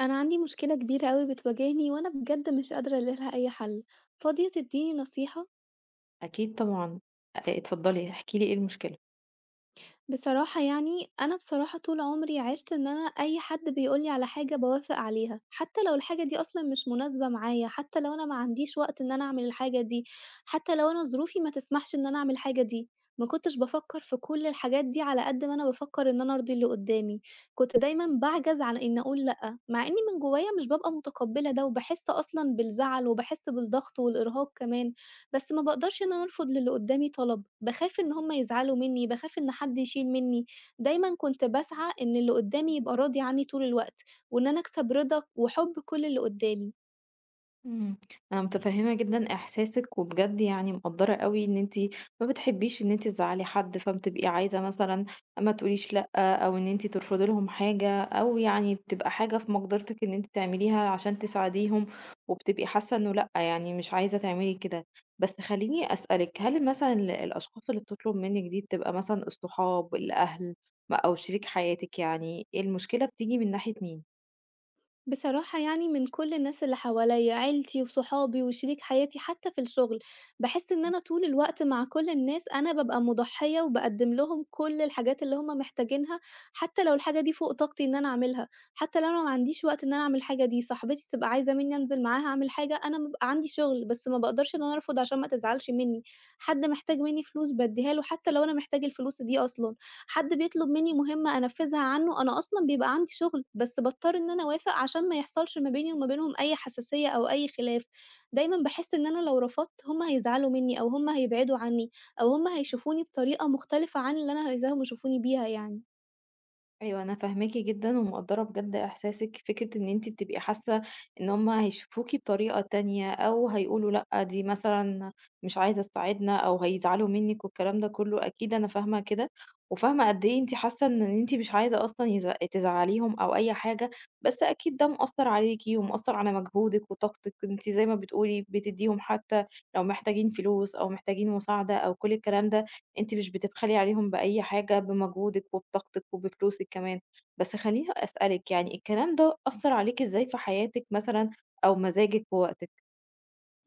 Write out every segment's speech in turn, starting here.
أنا عندي مشكلة كبيرة أوي بتواجهني وأنا بجد مش قادرة ألاقي لها أي حل، فاضية تديني نصيحة؟ أكيد طبعًا، اتفضلي احكي لي إيه المشكلة؟ بصراحة يعني أنا بصراحة طول عمري عِشت إن أنا أي حد بيقول لي على حاجة باوافق عليها، حتى لو الحاجة دي أصلًا مش مناسبة معايا، حتى لو أنا ما عنديش وقت إن أنا أعمل الحاجة دي، حتى لو أنا ظروفي ما تسمحش إن أنا أعمل الحاجة دي، ما كنتش بافكّر في كل الحاجات دي على قد ما أنا بافكّر إن أنا أرضي اللي قدّامي، كنت دايمًا باعجز عن إن أقول لأ، مع إني من جوايا مش بابقى متقبّلة ده وباحس أصلًا بالزعل وباحس بالضغط والإرهاق كمان. بس ما باقدرش إن أنا أرفض للي قدّامي طلب، باخاف إن هُم يزعلوا منّي، باخاف إن حد يشيل منّي، دايمًا كنت باسعى إن اللي قدّامي يبقى راضي عنّي طول الوقت، وإن أنا أكسب رضا وحُب كل اللي قدّامي. إمم. أنا متفهمة جدًا إحساسِك، وبجد يعني مقدّرة أوي إن أنتِ ما بتحبيش إن أنتِ تزعّلي حد، فبتبقي عايزة مثلًا ما تقوليش لأ، أو إن أنتِ ترفضي لهم حاجة، أو يعني بتبقى حاجة في مقدرتِك إن أنتِ تعمليها عشان تساعديهم، وبتبقي حاسة إنه لأ، يعني مش عايزة تعملي كده. بس خلّيني أسألِك، هل مثلًا الأشخاص اللي بتطلب منِّك دي بتبقى مثلًا الصحاب، الأهل، أو شريك حياتِك يعني، المشكلة بتيجي من ناحية مين؟ بصراحة يعني من كل الناس اللي حواليّا، عيلتي وصحابي وشريك حياتي حتى في الشغل، باحس إن أنا طول الوقت مع كل الناس أنا بابقى مُضحية وباقدّم لهم كل الحاجات اللي هُم محتاجينها، حتى لو الحاجة دي فوق طاقتي إن أنا أعملها، حتى لو أنا ما عنديش وقت إن أنا أعمل الحاجة دي، صاحبتي تبقى عايزة منّي أنزل معاها أعمل حاجة، أنا بابقى عندي شغل بس ما باقدرش إن أنا أرفض عشان ما تزعلش منّي، حد محتاج منّي فلوس بادّيها له حتى لو أنا محتاج الفلوس دي أصلًا. حد بيطلب منّي مهمة أنفّذها عنّه، أنا أصلًا بيبقى عندي شغل، بس باضطر إن أنا أوافق عشان ما يحصلش ما بيني وما بينهم أي حساسية أو أي خلاف. دايمًا باحس إن أنا لو رفضت هم هيزعلوا منّي أو هم هيبعدوا عني أو هم هيشوفوني بطريقة مختلفة عن اللي أنا عايزاهم يشوفوني بيها يعني. أيوه أنا فاهماكِ جدًا، ومقدّرة بجد إحساسِك، فكرة إن أنتِ بتبقي حاسة إن هُم هيشوفوكِ بطريقة تانية، أو هيقولوا لأ دي مثلًا مش عايزة تساعدنا، أو هيزعلوا منِّك والكلام ده كله، أكيد أنا فاهمة كده، وفاهمة قد إيه أنتِ حاسة إن أنتِ مش عايزة أصلًا تزعليهم أو أي حاجة، بس أكيد ده مأثّر عليكِ ومأثّر على مجهودِك وطاقتِك، أنتِ زي ما بتقولي بتدّيهم حتى لو محتاجين فلوس أو محتاجين مساعدة أو كل الكلام ده. أنتِ مش بتبخلي عليهم بأي حاجة، بمجهودِك وبطاقتِك وبفلوسِك كمان. بس خلّيني أسألِك يعني الكلام ده أثّر عليكِ إزاي في حياتِك مثلًا أو مزاجِك ووقتِك؟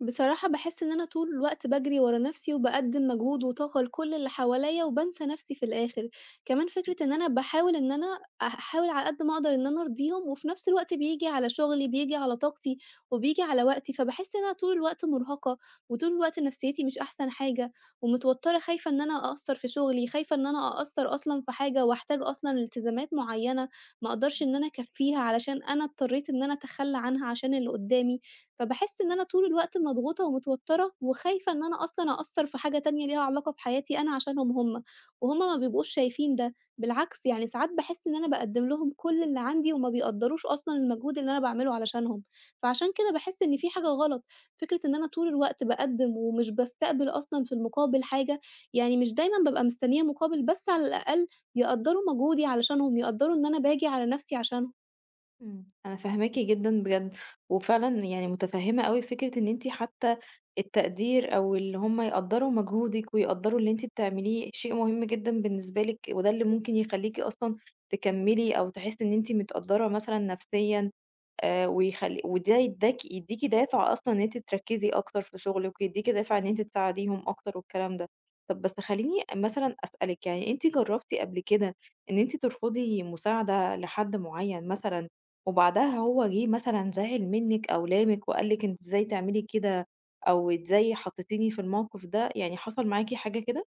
بصراحة باحس إن أنا طول الوقت باجري ورا نفسي وباقدّم مجهود وطاقة لكل اللي حواليّا وبانسى نفسي في الآخر، كمان فكرة إن أنا باحاول إن أنا أحاول على قد ما أقدر إن أنا أرضيهم وفي نفس الوقت بييجي على شغلي، بييجي على طاقتي وبييجي على وقتي، فباحس إن أنا طول الوقت مرهقة وطول الوقت نفسيتي مش أحسن حاجة ومتوترة خايفة إن أنا أقصّر في شغلي، خايفة إن أنا أقصّر أصلًا في حاجة وأحتاج أصلًا لالتزامات معيّنة ما أقدرش إن أنا أكفّيها علشان أنا اضطريت إن أنا أتخلّى عنها عشان اللي قدّامي. فباحس إن أنا طول الوقت مضغوطة ومتوترة وخايفة إن أنا أصلًا أأثّر في حاجة تانية ليها علاقة بحياتي أنا عشانهم هم، وهم ما بيبقوش شايفين ده، بالعكس يعني ساعات باحس إن أنا باقدّم لهم كل اللي عندي وما بيقدّروش أصلًا المجهود اللي أنا باعمله علشانهم، فعشان كده باحس إن في حاجة غلط، فكرة إن أنا طول الوقت باقدّم ومش باستقبل أصلًا في المقابل حاجة، يعني مش دايمًا بابقى مستنية مقابل بس على الأقل يقدّروا مجهودي علشانهم، يقدّروا إن أنا باجي على نفسي عشانهم. إمم. أنا فاهماكِ جدًا بجد، وفعلًا يعني متفهمة أوي فكرة إن أنتِ حتى التقدير أو اللي هم يقدّروا مجهودِك ويقدّروا اللي أنتِ بتعمليه شيء مهم جدًا بالنسبة لِك، وده اللي ممكن يخلّيكِ أصلًا تكمّلي أو تحسّي إن أنتِ متقدّرة مثلًا نفسيًا ويخلّي وده يدّيكِ دافع أصلًا إن أنتِ تركّزي أكتر في شغلِك، ويدّيكِ دافع إن أنتِ تساعديهم أكتر والكلام ده. طَب بس خلّيني مثلًا أسألِك، يعني أنتِ جرّبتِ قبل كده إن أنتِ ترفضي مساعدة لحد معيّن مثلًا، وبعدها هو جِه مثلًا زعل منِّك أو لامِك وقال لِك أنتِ إزاي تعملي كده، أو إزاي حطّيتيني في الموقف ده، يعني حصل معاكِ حاجة كده؟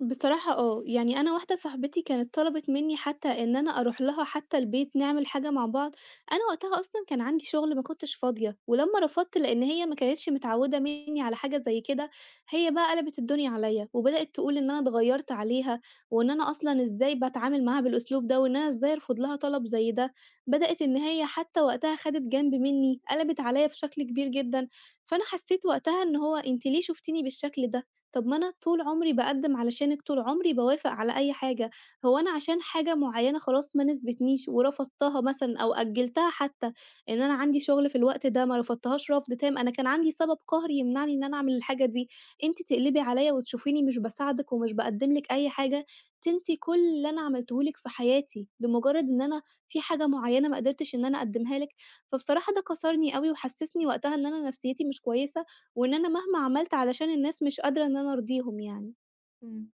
بصراحة آه، يعني أنا واحدة صاحبتي كانت طلبِت منّي حتى إن أنا أروح لها حتى البيت نعمل حاجة مع بعض، أنا وقتها أصلًا كان عندي شغل ما كنتش فاضية، ولمّا رفضت لإن هي ما كانتش متعودة منّي على حاجة زي كده، هي بقى قلبت الدنيا عليَّ، وبدأت تقول إن أنا اتغيّرت عليها، وإن أنا أصلًا إزاي باتعامل معاها بالأسلوب ده، وإن أنا إزاي أرفض لها طلب زي ده، بدأت إن هي حتى وقتها خدِت جنب منّي، قلبت عليَّ بشكل كبير جدًا، فأنا حسيت وقتها إن هو أنتِ ليه شُفتيني بالشكل ده؟ طب ما أنا طول عمري باقدّم علشانِك، طول عمري باوافق على أي حاجة، هو أنا عشان حاجة معيّنة خلاص ما ناسبتنيش ورفضتها مثلًا أو أجّلتها حتى، إن أنا عندي شغل في الوقت ده ما رفضتهاش رفض تام، أنا كان عندي سبب قهري يمنعني إن أنا أعمل الحاجة دي، أنتِ تقلبي عليّا وتشوفيني مش باساعدِك ومش باقدّم لِك أي حاجة، تنسي كل اللي أنا عملته لِك في حياتي، لمجرّد إن أنا في حاجة معيّنة ما قدرتش إن أنا أقدّمها لِك، فبصراحة ده كسرني أوي وحسّسني وقتها إن أنا نفسيتي مش كويسة. وإن أنا مهما عملت علشان الناس مش قادرة إن أنا أرضيهم يعني. إمم.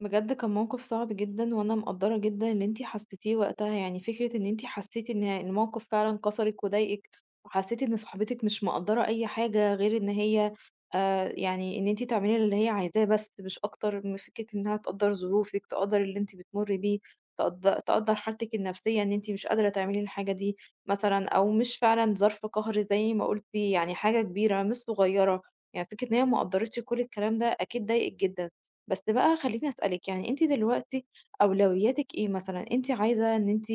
بجد كان موقف صعب جدًا، وأنا مقدّرة جدًا اللي أنتِ حسيتيه وقتها، يعني فكرة إن أنتِ حسيتِ إن الموقف فعلًا كسرِك وضايقِك، وحسيتِ إن صاحبتِك مش مقدّرة أي حاجة غير إن هي يعني إن أنتِ تعملي اللي هي عايزاه بس مش أكتر، من فكرة إنها تقدّر ظروفِك، تقدّر اللي أنتِ بتمُرّي بيه، تقدّر حالتِك النفسية إن أنتِ مش قادرة تعملي الحاجة دي مثلًا، أو مش فعلًا ظرف قهر زي ما قُلتِ، يعني حاجة كبيرة مش صغيرة، يعني فكرة إن هي ما قدّرتش كل الكلام ده أكيد ضايقِك جدًا. بس بقى خلّيني أسألِك، يعني أنتِ دلوقتي أولوياتِك إيه مثلًا؟ أنتِ عايزة إن أنتِ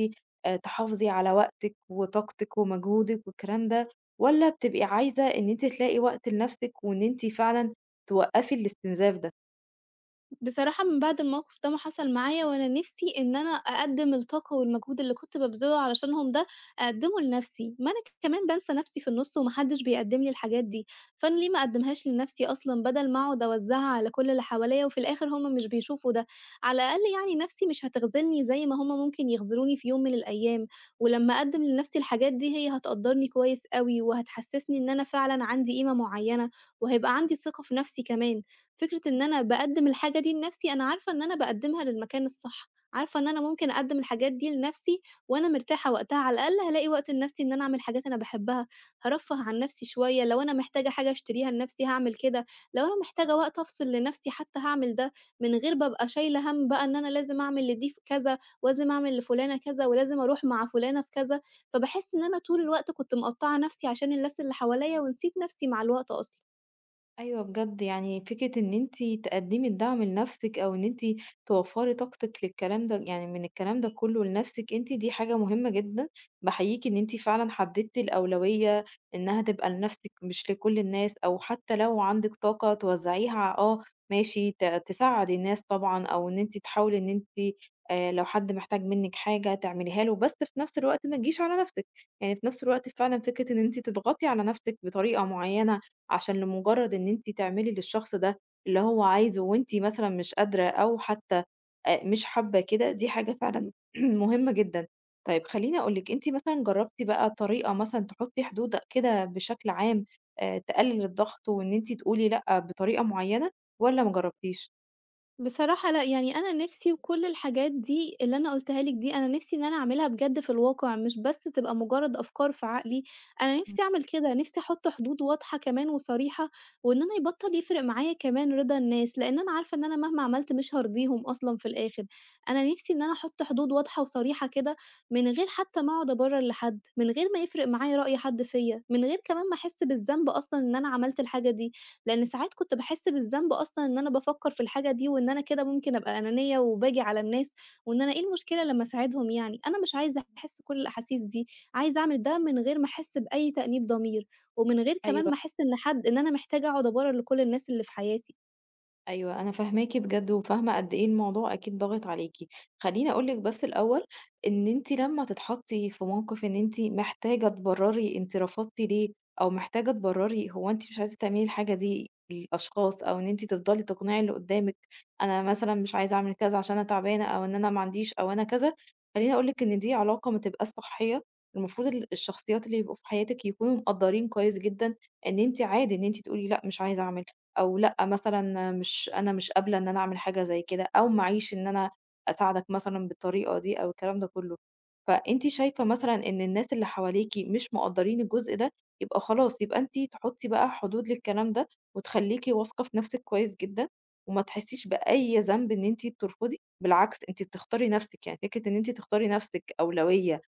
تحافظي على وقتِك وطاقتِك ومجهودِك والكلام ده، والّا بتبقي عايزة إن أنتِ تلاقي وقت لنَفْسِك وإن أنتِ فعلًا توقّفي الاستنزاف ده؟ بصراحة من بعد الموقف ده ما حصل معايا، وأنا نِفْسي إن أنا أقدِّم الطاقة والمجهود اللي كنت بابذله علشانهم ده، أقدِّمه لنَفْسي، ما أنا كمان بانسى نَفْسي في النُص وما حدّش بيقدِّم لي الحاجات دي، فأنا ليه ما أقدِّمهاش لنَفْسي أصلًا بدل ما أقعد أوزّعها على كل اللي حواليّا وفي الآخر هم مش بيشوفوا ده، على الأقل يعني نَفْسي مش هتخذلني زي ما هم ممكن يخذلوني في يوم من الأيام، ولمّا أقدِّم لنَفْسي الحاجات دي هي هتقدّرني كويس أوي وهتحسّسني إن أنا فعلًا عندي قيمة معيّنة، وهيبقى عندي ثقة في نَفْسي كمان. فكرة إن أنا باقدّم الحاجة دي لنَفْسي، أنا عارفة إن أنا باقدّمها للمكان الصح، عارفة إن أنا ممكن أقدّم الحاجات دي لنَفْسي وأنا مرتاحة وقتها، على الأقل هالاقي وقت لنَفْسي إن أنا أعمل حاجات أنا باحبها، هارفّه عن نَفْسي شوية، لو أنا محتاجة حاجة أشتريها لنَفْسي هاعمل كده، لو أنا محتاجة وقت أفصل لنَفْسي حتى هاعمل ده، من غير ما أبقى شايلة هَم بقى إن أنا لازم أعمل لدي كذا ولازم أعمل لفلانة كذا ولازم أروح مع فلانة في كذا، فباحس إن أنا طول الوقت كنت مقطّعة نَفْسي عشان الناس اللي حواليّا ونسيت نَفْسي مع الوقت أصلًا. أيوه بجد، يعني فكرة إن أنتِ تقدّمي الدعم لنفسِك أو إن أنتِ توفّري طاقتِك للكلام ده يعني من الكلام ده كلّه لنفسِك أنتِ، دي حاجة مهمة جدًا، باحييكِ إن أنتِ فعلًا حددتِ الأولوية إنها تبقى لنفسِك مش لكل الناس، أو حتى لو عندِك طاقة توزّعيها آه ماشي تساعدي الناس طبعًا، أو إن أنتِ تحاولي إن أنتِ لو حد محتاج منِّك حاجة تعمليها له، بس في نفس الوقت ما تجيش على نفسِك، يعني في نفس الوقت فعلًا فكرة إن أنتِ تضغطي على نفسِك بطريقة معيّنة عشان لمجرد إن أنتِ تعملي للشخص ده اللي هو عايزه وأنتِ مثلًا مش قادرة أو حتى مش حابة كده، دي حاجة فعلًا مهمة جدًا. طيب خلّيني أقول لِك، أنتِ مثلًا جربتِ بقى طريقة مثلًا تحطي حدود كده بشكل عام، تقلل الضغط وإن أنتِ تقولي لأ بطريقة معينة والّا ما جربتيش؟ بصراحة لأ، يعني أنا نِفْسي وكل الحاجات دي اللي أنا قُلتها لِك دي، أنا نِفْسي إن أنا أعملها بجد في الواقع، مش بس تبقى مجرد أفكار في عقلي، أنا إمم، نِفْسي أعمل كده، نِفْسي أحُط حدود واضحة كمان وصريحة، وإن أنا يبطّل يفرق معايا كمان رضا الناس، لإن أنا عارفة إن أنا مهما عملت مش هارضيهم أصلًا في الآخر، أنا نِفْسي إن أنا أحُط حدود واضحة وصريحة كده، من غير حتى ما أقعد أبرر لحد، من غير ما يفرق معايا رأي حد فيّا، من غير كمان ما أحس بالذنب أصلًا إن أنا عملت الحاجة دي. لإن ساعات كنت باحس بالذنب أصلًا إن أنا بافكّر في الحاجة دي، وإن أنا كده ممكن أبقى أنانية وباجي على الناس، وإن أنا إيه المشكلة لمّا أساعدهم يعني، أنا مش عايزة أحس كل الأحاسيس دي، عايزة أعمل ده من غير ما أحس بأي تأنيب ضمير، ومن غير كمان ما أيوه. أحس إن حد إن أنا محتاجة أقعد أبرر لكل الناس اللي في حياتي. أيوه، أنا فاهماكِ بجد وفاهمة قد إيه الموضوع أكيد ضاغط عليكِ. خلّيني أقول لِك بس الأول إن أنتِ لمّا تتحطّي في موقِف إن أنتِ محتاجة تبرّري أنتِ رفضتِ ليه، أو محتاجة تبرّري هو أنتِ مش عايزة تعملي الحاجة دي للأشخاص، أو إن أنتِ تفضلي تقنعي اللي قُدّامِك أنا مثلًا مش عايزة أعمل كذا عشان أنا تعبانة، أو إن أنا ما عنديش، أو أنا كذا، خلّيني أقول لِك إن دي علاقة ما تبقاش صحّية. المفروض الشخصيات اللي يبقوا في حياتِك يكونوا مقدّرين كويس جدًا إن أنتِ عادي إن أنتِ تقولي لأ، مش عايزة أعمل. أو لأ مثلًا مش أنا مش قابلة إن أنا أعمل حاجة زي كده، أو معييش إن أنا أساعدك مثلًا بالطريقة دي أو الكلام ده كله. فأنتِ شايفة مثلًا إن الناس اللي حواليكِ مش مقدّرين الجزء ده، يبقى خلاص يبقى أنتِ تحطّي بقى حدود للكلام ده، وتخلّيكِ واثقة في نفسِك كويس جدًا، وما تحسّيش بأي ذنب إن أنتِ بترفضي، بالعكس أنتِ بتختاري نفسِك، يعني فكرة إن أنتِ تختاري نفسِك أولوية.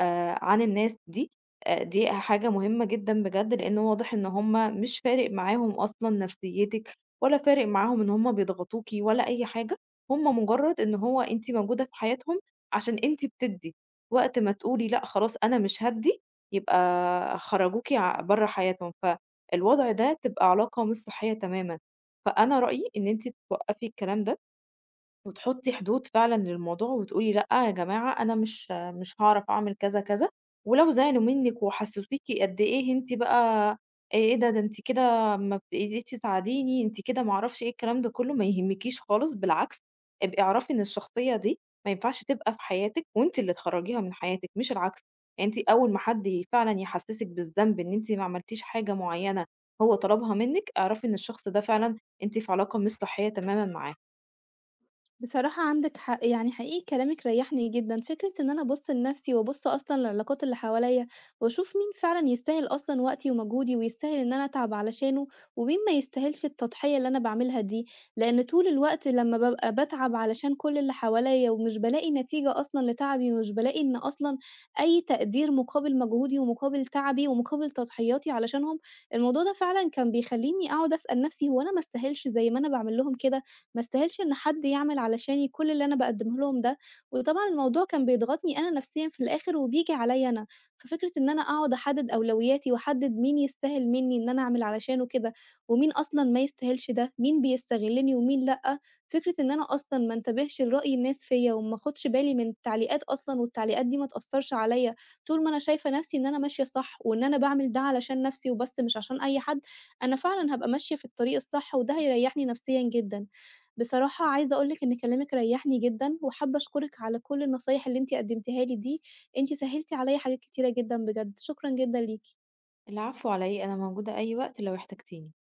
عن الناس دي، دي حاجة مهمة جدًا بجد، لإن واضح إن هم مش فارق معاهم أصلًا نفسيتِك، ولا فارق معاهم إن هم بيضغطوكِ ولا أي حاجة، هم مجرد إن هو أنتِ موجودة في حياتهم عشان أنتِ بتدّي، وقت ما تقولي لأ خلاص أنا مش هادّي، يبقى خرجوكِ ع برّه حياتهم، فالوضع ده تبقى علاقة مش صحية تمامًا، فأنا رأيي إن أنتِ توقّفي الكلام ده. وتحطي حدود فعلًا للموضوع وتقولي لأ يا جماعة أنا مش هاعرف أعمل كذا، كذا، ولو زعلوا منِّك وحسّسوكِ قد إيه أنتِ بقى إيه ده، ده أنتِ كده ما بتقدريش تساعديني، أنتِ كده ما أعرفش إيه، الكلام ده كلّه ما يهمكيش خالص بالعكس، ابقي اعرفي إن الشخصية دي ما ينفعش تبقى في حياتِك وأنتِ اللي تخرّجيها من حياتِك مش العكس، يعني أنتِ أول ما حد فعلًا يحسّسِك بالذنب إن أنتِ ما عملتيش حاجة معيّنة هو طلبها منِّك، اعرفي إن الشخص ده فعلًا أنتِ في علاقة مش صحّية تمامًا معاه. بصراحة عندِك حق، يعني حقيقي كلامِك ريّحني جدًا، فكرة إن أنا أبُص لنَفْسي وأبُص أصلًا للعلاقات اللي حواليّا، وأشوف مين فعلًا يستاهل أصلًا وقتي ومجهودي ويستاهل إن أنا أتعب علشانه، ومين ما يستاهلش التضحية اللي أنا باعملها دي، لإن طول الوقت لمّا بابقى باتعب علشان كل اللي حواليّا ومش بالاقي نتيجة أصلًا لتعبي ومش بالاقي إن أصلًا أي تقدير مقابل مجهودي ومقابل تعبي ومقابل تضحياتي علشانهم، الموضوع ده فعلًا كان بيخلّيني أقعد أسأل نَفْسي هو أنا ما أستاهلش زي ما أنا باعمل لهم كده؟ ما استاهلش إن حد يعمل علشاني كل اللي أنا باقدّمه لهم ده، وطبعًا الموضوع كان بيضغطني أنا نفسيًا في الآخر وبييجي عليّا أنا، ففكرة إن أنا أقعد أحدد أولوياتي وأحدد مين يستاهل منّي إن أنا أعمل علشانه كده، ومين أصلًا ما يستاهلش ده، مين بيستغلّني ومين لأ، فكرة إن أنا أصلًا ما انتبهش لرأي الناس فيّا وما آخُدش بالي من التعليقات أصلًا والتعليقات دي ما تأثّرش عليّا، طول ما أنا شايفة نفسي إن أنا ماشية صح وإن أنا باعمل ده علشان نفسي وبس مش عشان أي حد، أنا فعلًا هابقى ماشية في الطريق الصح وده هيريّحني نفسيًا جدًا. بصراحة عايزة أقول لِك إن كلامِك ريّحني جدًا، وحابة أشكرِك على كل النصايح اللي أنتِ قدمتيها لي دي، أنتِ سهّلتِ عليَّ حاجات كتيرة جدًا بجد، شكرًا جدًا ليكِ. العفو على إيه أنا موجودة أي وقت لو احتجتيني.